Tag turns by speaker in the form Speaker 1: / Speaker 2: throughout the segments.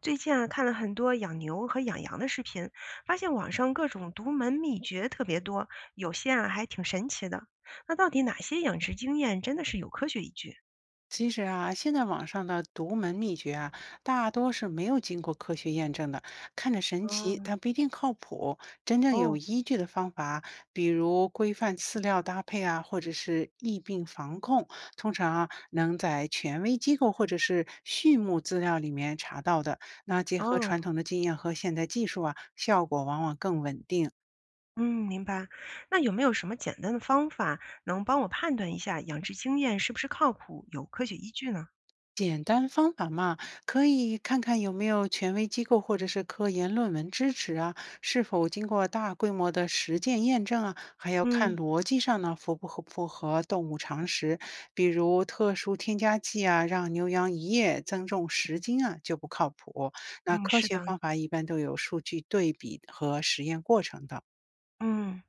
Speaker 1: 最近啊，看了很多养牛和养羊的视频，发现网上各种独门秘诀特别多，有些啊还挺神奇的。那到底哪些养殖经验真的是有科学依据？
Speaker 2: 其实啊，现在网上的独门秘诀啊，大多是没有经过科学验证的，看着神奇，
Speaker 1: 哦
Speaker 2: 但不一定靠谱。真正有
Speaker 1: 哦
Speaker 2: 依据的方法，比如规范饲料搭配啊，或者是疫病防控，通常啊能在权威机构或者是畜牧资料里面查到的。那结合
Speaker 1: 哦，
Speaker 2: 传统的经验和现代技术啊，效果往往更稳定。
Speaker 1: 嗯，明白。那有没有什么简单的方法能帮我判断一下养殖经验是不是靠谱、有科学依据呢？
Speaker 2: 简单方法嘛，可以看看有没有权威机构或者是科研论文支持啊，是否经过大规模的实践验证啊，还要看
Speaker 1: 嗯
Speaker 2: 逻辑上呢符不符合动物常识，比如特殊添加剂啊，让牛羊一夜增重10斤啊就不靠谱。那
Speaker 1: 嗯，
Speaker 2: 科
Speaker 1: 是
Speaker 2: 学
Speaker 1: 的。
Speaker 2: 方法一般都有数据对比和实验过程的。
Speaker 1: 嗯，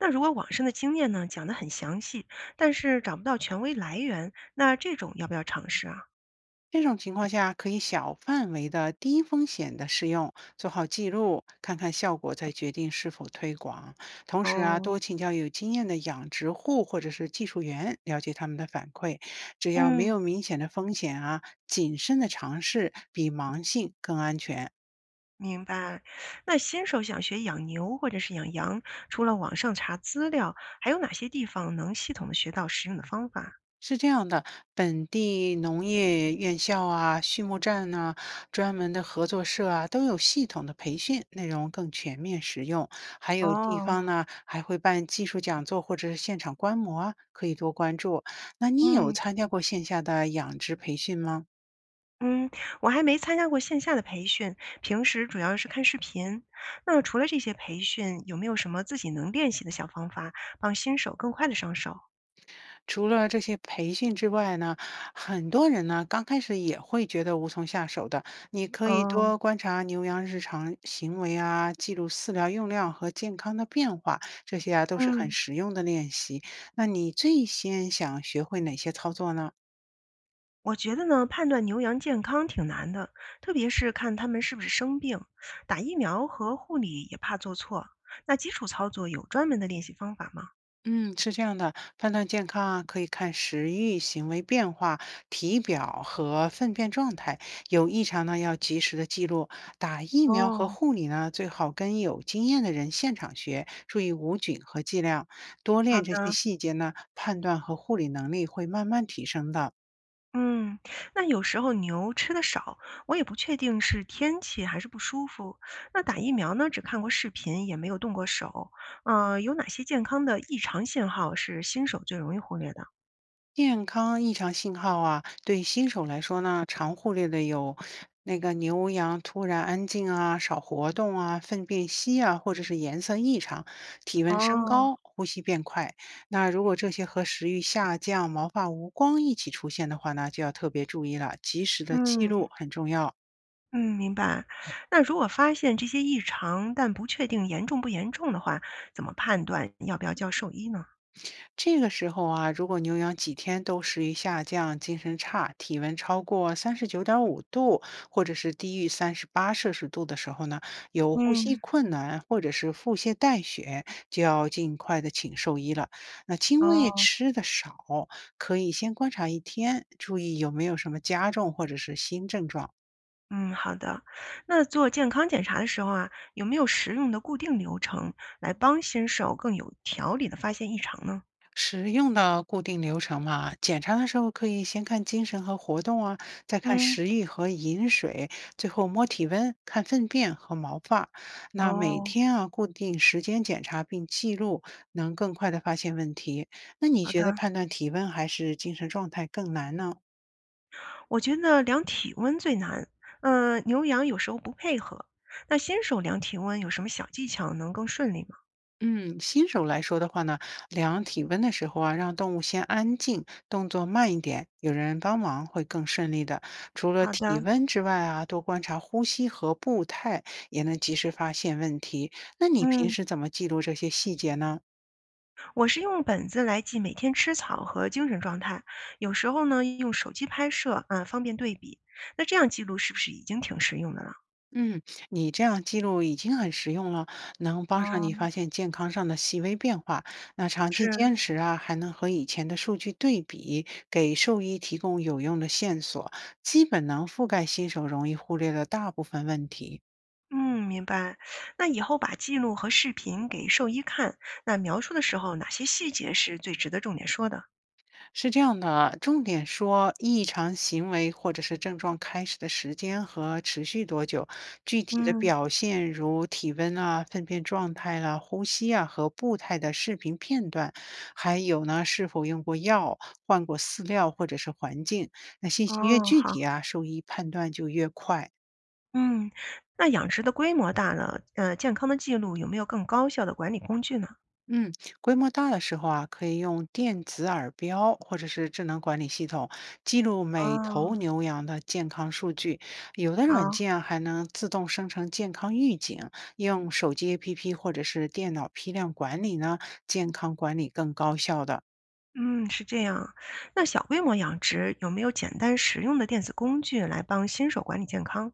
Speaker 1: 那如果网上的经验呢讲得很详细，但是找不到权威来源，那这种要不要尝试啊？
Speaker 2: 这种情况下，可以小范围的、低风险的试用，做好记录，看看效果，再决定是否推广。同时啊，
Speaker 1: 哦，
Speaker 2: 多请教有经验的养殖户或者是技术员，了解他们的反馈。只要没
Speaker 1: 嗯。
Speaker 2: 有明显的风险啊，谨慎的尝试比盲信更安全。
Speaker 1: 明白。那新手想学养牛或者是养羊，除了网上查资料，还有哪些地方能系统的学到实用的方法？
Speaker 2: 是这样的，本地农业院校啊、畜牧站呐、专门的合作社啊，都有系统的培训，内容更全面实用。还有地
Speaker 1: 哦，
Speaker 2: 方呢，还会办技术讲座或者是现场观摩啊，可以多关注。那你有
Speaker 1: 嗯
Speaker 2: 参加过线下的养殖培训吗？
Speaker 1: 嗯，我还没参加过线下的培训，平时主要是看视频。那除了这些培训，有没有什么自己能练习的小方法，帮新手更快的上手？
Speaker 2: 除了这些培训之外呢，很多人呢刚开始也会觉得无从下手的。你可以
Speaker 1: 哦，
Speaker 2: 多观察牛羊日常行为啊，记录饲料用量和健康的变化，这些啊都是很
Speaker 1: 嗯。
Speaker 2: 实用的练习。那你最先想学会哪些操作呢？
Speaker 1: 我觉得呢，判断牛羊健康挺难的，特别是看它们是不是生病，打疫苗和护理也怕做错。那基础操作有专门的练习方法吗？
Speaker 2: 嗯，是这样的，判断健康啊，可以看食欲、行为变化、体表和粪便状态，有异常呢要及时的记录。打疫苗和
Speaker 1: 哦，
Speaker 2: 护理呢，最好跟有经验的人现场学，注意无菌和剂量，多
Speaker 1: 好
Speaker 2: 练这些
Speaker 1: 的，
Speaker 2: 细节呢，判断和护理能力会慢慢提升的。
Speaker 1: 嗯，那有时候牛吃的少，我也不确定是天气还是不舒服。那打疫苗呢，只看过视频，也没有动过手。有哪些健康的异常信号是新手最容易忽略的？
Speaker 2: 健康异常信号啊，对新手来说呢，常忽略的有那个牛羊突然安静啊、少活动啊、粪便稀啊，或者是颜色异常、体温升
Speaker 1: 哦，
Speaker 2: 高、呼吸变快。那如果这些和食欲下降、毛发无光一起出现的话呢，就要特别注意了，及时的记
Speaker 1: 嗯。
Speaker 2: 录很重要。
Speaker 1: 嗯，明白。那如果发现这些异常，但不确定严重不严重的话，怎么判断要不要叫兽医呢？
Speaker 2: 这个时候啊，如果牛羊几天都食欲下降、精神差、体温超过39.5度，或者是低于38摄氏度的时候呢，有呼吸
Speaker 1: 嗯，
Speaker 2: 困难或者是腹泻带血，就要尽快的请兽医了。那精卫
Speaker 1: 哦，
Speaker 2: 吃的少，可以先观察一天，注意有没有什么加重或者是新症状。
Speaker 1: 嗯，好的。那做健康检查的时候啊，有没有实用的固定流程来帮新手更有条理的发现异常呢？
Speaker 2: 使用的固定流程嘛，检查的时候可以先看精神和活动啊，再看
Speaker 1: 嗯，
Speaker 2: 食欲和饮水，最后摸体温、看粪便和毛发。那每
Speaker 1: 哦，
Speaker 2: 天啊，固定时间检查并记录，能更快的发现问题。那你
Speaker 1: 好的。
Speaker 2: 觉得判断体温还是精神状态更难呢？
Speaker 1: 我觉得量体温最难，嗯，牛羊有时候不配合。那新手量体温有什么小技巧能更顺利吗？
Speaker 2: 嗯，新手来说的话呢，量体温的时候啊，让动物先安静，动作慢一点，有人帮忙会更顺利的。除了
Speaker 1: 好的，
Speaker 2: 体温之外啊，多观察呼吸和步态，也能及时发现问题。那你平
Speaker 1: 嗯。
Speaker 2: 时怎么记录这些细节呢？
Speaker 1: 我是用本子来记每天吃草和精神状态，有时候呢用手机拍摄啊，方便对比。那这样记录是不是已经挺实用的了？
Speaker 2: 嗯，你这样记录已经很实用了，能帮上你
Speaker 1: 哦，
Speaker 2: 发现健康上的细微变化。那长期
Speaker 1: 是，
Speaker 2: 坚持啊，还能和以前的数据对比，给兽医提供有用的线索，基本能覆盖新手容易忽略的大部分问题。
Speaker 1: 嗯，明白。那以后把记录和视频给兽医看，那描述的时候哪些细节是最值得重点说的？
Speaker 2: 是这样的，重点说异常行为或者是症状开始的时间和持续多久，具体的
Speaker 1: 嗯，
Speaker 2: 表现如体温啊、粪便状态啦、呼吸啊和步态的视频片段，还有呢是否用过药、换过饲料或者是环境。那信息越
Speaker 1: 哦，
Speaker 2: 具
Speaker 1: 好，
Speaker 2: 体啊，兽医判断就越快。
Speaker 1: 嗯，那养殖的规模大了，健康的记录有没有更高效的管理工具呢？
Speaker 2: 嗯，规模大的时候啊，可以用电子耳标或者是智能管理系统记录每
Speaker 1: 哦，
Speaker 2: 头牛羊的健康数据。有的软
Speaker 1: 好。
Speaker 2: 件啊还能自动生成健康预警，用手机 APP 或者是电脑批量管理呢，健康管理更高效的。
Speaker 1: 嗯，是这样。那小规模养殖有没有简单实用的电子工具来帮新手管理健康？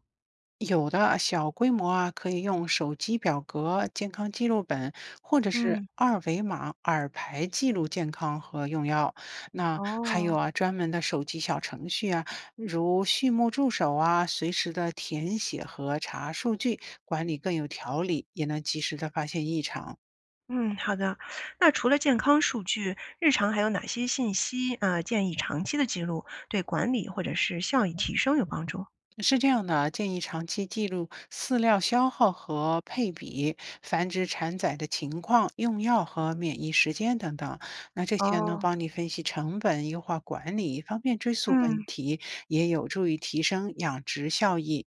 Speaker 2: 有的小规模啊，可以用手机表格、健康记录本，或者是
Speaker 1: 嗯，
Speaker 2: 二维码耳牌记录健康和用药。那还有
Speaker 1: 哦，
Speaker 2: 啊，专门的手机小程序啊，如畜牧助手啊，随时的填写和查数据，管理更有条理，也能及时的发现异常。
Speaker 1: 嗯，好的。那除了健康数据，日常还有哪些信息啊，建议长期的记录对管理或者是效益提升有帮助？
Speaker 2: 是这样的啊，建议长期记录饲料消耗和配比、繁殖产仔的情况、用药和免疫时间等等。那这些能
Speaker 1: 哦，
Speaker 2: 帮你分析成本、优化管理，方便追溯问
Speaker 1: 嗯，
Speaker 2: 题，也有助于提升养殖效益。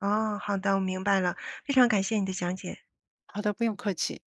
Speaker 1: 哦，好的，我明白了，非常感谢你的讲解。
Speaker 2: 好的，不用客气。